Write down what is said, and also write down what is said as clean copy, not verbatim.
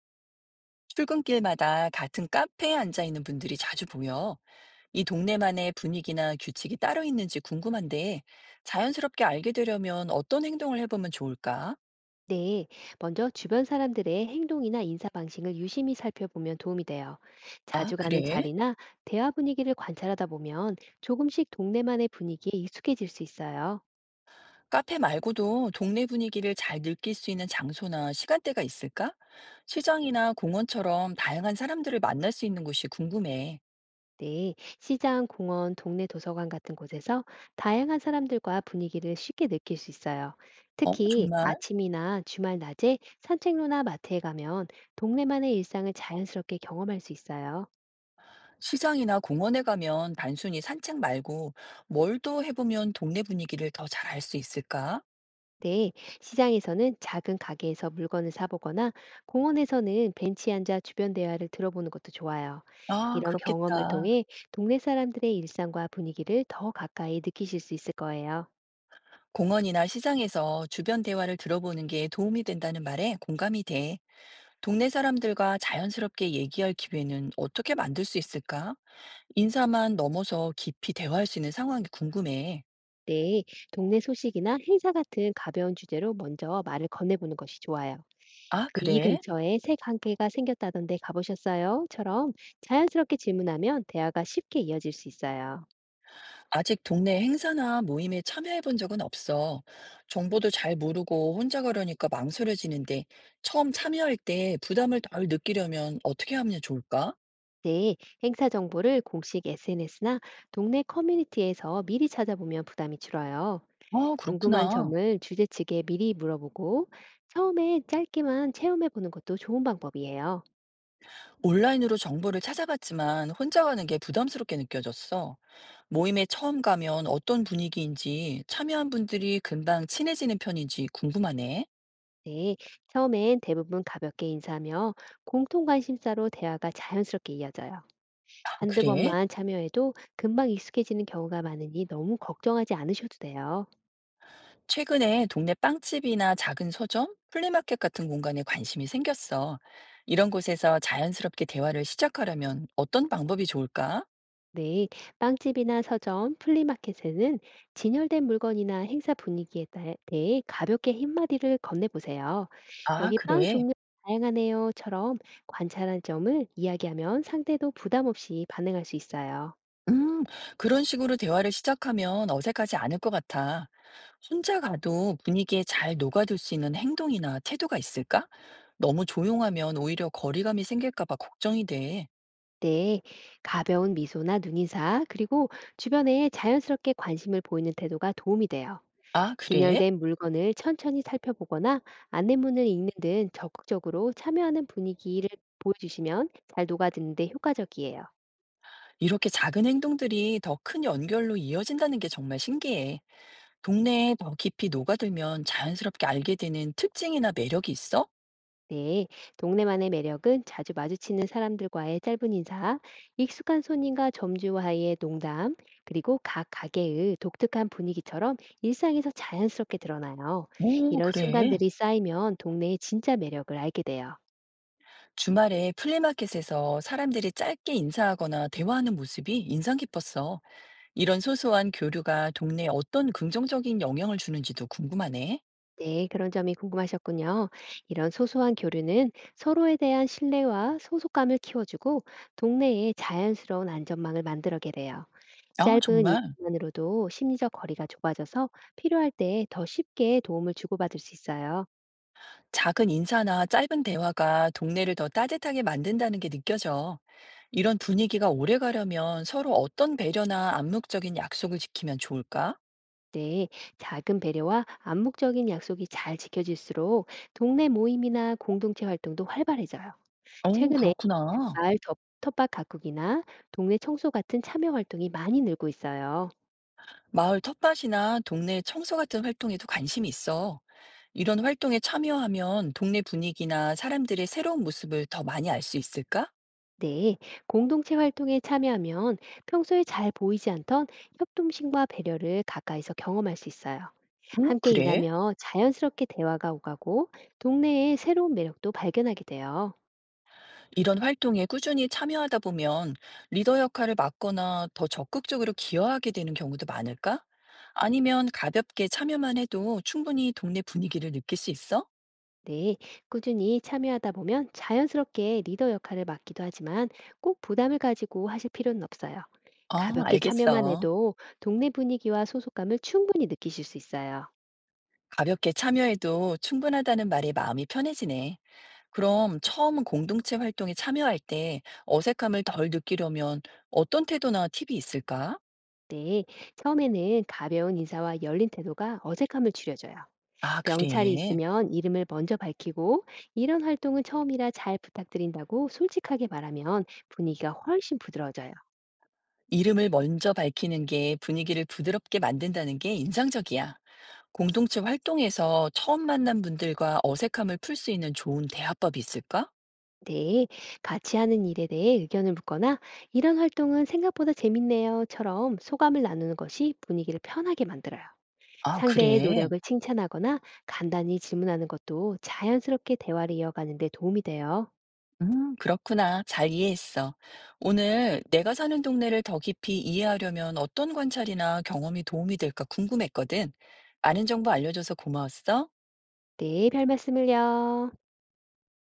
출근길마다 같은 카페에 앉아 있는 분들이 자주 보여. 이 동네만의 분위기나 규칙이 따로 있는지 궁금한데, 자연스럽게 알게 되려면 어떤 행동을 해보면 좋을까? 네, 먼저 주변 사람들의 행동이나 인사 방식을 유심히 살펴보면 도움이 돼요. 아, 자주 가는 그래? 자리나 대화 분위기를 관찰하다 보면 조금씩 동네만의 분위기에 익숙해질 수 있어요. 카페 말고도 동네 분위기를 잘 느낄 수 있는 장소나 시간대가 있을까? 시장이나 공원처럼 다양한 사람들을 만날 수 있는 곳이 궁금해. 네, 시장, 공원, 동네 도서관 같은 곳에서 다양한 사람들과 분위기를 쉽게 느낄 수 있어요. 어, 특히 정말? 아침이나 주말 낮에 산책로나 마트에 가면 동네만의 일상을 자연스럽게 경험할 수 있어요. 시장이나 공원에 가면 단순히 산책 말고 뭘 또 해보면 동네 분위기를 더 잘 알 수 있을까? 네, 시장에서는 작은 가게에서 물건을 사보거나 공원에서는 벤치에 앉아 주변 대화를 들어보는 것도 좋아요. 아, 이런 경험을 그렇겠다. 통해 동네 사람들의 일상과 분위기를 더 가까이 느끼실 수 있을 거예요. 공원이나 시장에서 주변 대화를 들어보는 게 도움이 된다는 말에 공감이 돼. 동네 사람들과 자연스럽게 얘기할 기회는 어떻게 만들 수 있을까? 인사만 넘어서 깊이 대화할 수 있는 상황이 궁금해. 네, 동네 소식이나 행사 같은 가벼운 주제로 먼저 말을 건네보는 것이 좋아요. 아, 그이 그래? 근처에 새 가게가 생겼다던데 가보셨어요?처럼 자연스럽게 질문하면 대화가 쉽게 이어질 수 있어요. 아직 동네 행사나 모임에 참여해 본 적은 없어. 정보도 잘 모르고 혼자 가려니까 망설여지는데 처음 참여할 때 부담을 덜 느끼려면 어떻게 하면 좋을까? 네, 행사 정보를 공식 SNS나 동네 커뮤니티에서 미리 찾아보면 부담이 줄어요. 아, 궁금한 그렇구나. 점을 주재 측에 미리 물어보고 처음에 짧게만 체험해 보는 것도 좋은 방법이에요. 온라인으로 정보를 찾아봤지만 혼자 가는 게 부담스럽게 느껴졌어. 모임에 처음 가면 어떤 분위기인지 참여한 분들이 금방 친해지는 편인지 궁금하네. 네, 처음엔 대부분 가볍게 인사하며 공통 관심사로 대화가 자연스럽게 이어져요. 아, 한두 그래? 번만 참여해도 금방 익숙해지는 경우가 많으니 너무 걱정하지 않으셔도 돼요. 최근에 동네 빵집이나 작은 서점, 플리마켓 같은 공간에 관심이 생겼어. 이런 곳에서 자연스럽게 대화를 시작하려면 어떤 방법이 좋을까? 네, 빵집이나 서점, 플리마켓에는 진열된 물건이나 행사 분위기에 대해 가볍게 한마디를 건네보세요. 아, 여기 빵 그래. 종류 다양하네요처럼 관찰한 점을 이야기하면 상대도 부담 없이 반응할 수 있어요. 음, 그런 식으로 대화를 시작하면 어색하지 않을 것 같아. 혼자 가도 분위기에 잘 녹아들 수 있는 행동이나 태도가 있을까? 너무 조용하면 오히려 거리감이 생길까 봐 걱정이 돼. 네, 가벼운 미소나 눈인사, 그리고 주변에 자연스럽게 관심을 보이는 태도가 도움이 돼요. 아, 그래? 진열된 물건을 천천히 살펴보거나 안내문을 읽는 등 적극적으로 참여하는 분위기를 보여주시면 잘 녹아드는데 효과적이에요. 이렇게 작은 행동들이 더 큰 연결로 이어진다는 게 정말 신기해. 동네에 더 깊이 녹아들면 자연스럽게 알게 되는 특징이나 매력이 있어? 네, 동네만의 매력은 자주 마주치는 사람들과의 짧은 인사, 익숙한 손님과 점주와의 농담, 그리고 각 가게의 독특한 분위기처럼 일상에서 자연스럽게 드러나요. 오, 이런 그래. 순간들이 쌓이면 동네의 진짜 매력을 알게 돼요. 주말에 플리마켓에서 사람들이 짧게 인사하거나 대화하는 모습이 인상 깊었어. 이런 소소한 교류가 동네에 어떤 긍정적인 영향을 주는지도 궁금하네. 네, 그런 점이 궁금하셨군요. 이런 소소한 교류는 서로에 대한 신뢰와 소속감을 키워주고 동네의 자연스러운 안전망을 만들어게 돼요. 아, 짧은 정말? 인사만으로도 심리적 거리가 좁아져서 필요할 때 더 쉽게 도움을 주고받을 수 있어요. 작은 인사나 짧은 대화가 동네를 더 따뜻하게 만든다는 게 느껴져. 이런 분위기가 오래 가려면 서로 어떤 배려나 암묵적인 약속을 지키면 좋을까? 네, 작은 배려와 암묵적인 약속이 잘 지켜질수록 동네 모임이나 공동체 활동도 활발해져요. 어, 최근에 그렇구나. 마을 텃밭 가꾸기나 동네 청소 같은 참여 활동이 많이 늘고 있어요. 마을 텃밭이나 동네 청소 같은 활동에도 관심이 있어. 이런 활동에 참여하면 동네 분위기나 사람들의 새로운 모습을 더 많이 알 수 있을까? 네, 공동체 활동에 참여하면 평소에 잘 보이지 않던 협동심과 배려를 가까이서 경험할 수 있어요. 어 함께 그래? 일하며 자연스럽게 대화가 오가고 동네의 새로운 매력도 발견하게 돼요. 이런 활동에 꾸준히 참여하다 보면 리더 역할을 맡거나 더 적극적으로 기여하게 되는 경우도 많을까? 아니면 가볍게 참여만 해도 충분히 동네 분위기를 느낄 수 있어? 네, 꾸준히 참여하다 보면 자연스럽게 리더 역할을 맡기도 하지만 꼭 부담을 가지고 하실 필요는 없어요. 어, 가볍게 참여만 알겠어. 해도 동네 분위기와 소속감을 충분히 느끼실 수 있어요. 가볍게 참여해도 충분하다는 말에 마음이 편해지네. 그럼 처음 공동체 활동에 참여할 때 어색함을 덜 느끼려면 어떤 태도나 팁이 있을까? 네, 처음에는 가벼운 인사와 열린 태도가 어색함을 줄여줘요. 아, 명찰이 그래. 있으면 이름을 먼저 밝히고 이런 활동은 처음이라 잘 부탁드린다고 솔직하게 말하면 분위기가 훨씬 부드러워져요. 이름을 먼저 밝히는 게 분위기를 부드럽게 만든다는 게 인상적이야. 공동체 활동에서 처음 만난 분들과 어색함을 풀 수 있는 좋은 대화법이 있을까? 네, 같이 하는 일에 대해 의견을 묻거나 이런 활동은 생각보다 재밌네요처럼 소감을 나누는 것이 분위기를 편하게 만들어요. 아, 상대의 그래. 노력을 칭찬하거나 간단히 질문하는 것도 자연스럽게 대화를 이어가는 데 도움이 돼요. 그렇구나. 잘 이해했어. 오늘 내가 사는 동네를 더 깊이 이해하려면 어떤 관찰이나 경험이 도움이 될까 궁금했거든. 많은 정보 알려줘서 고마웠어. 네, 별 말씀을요.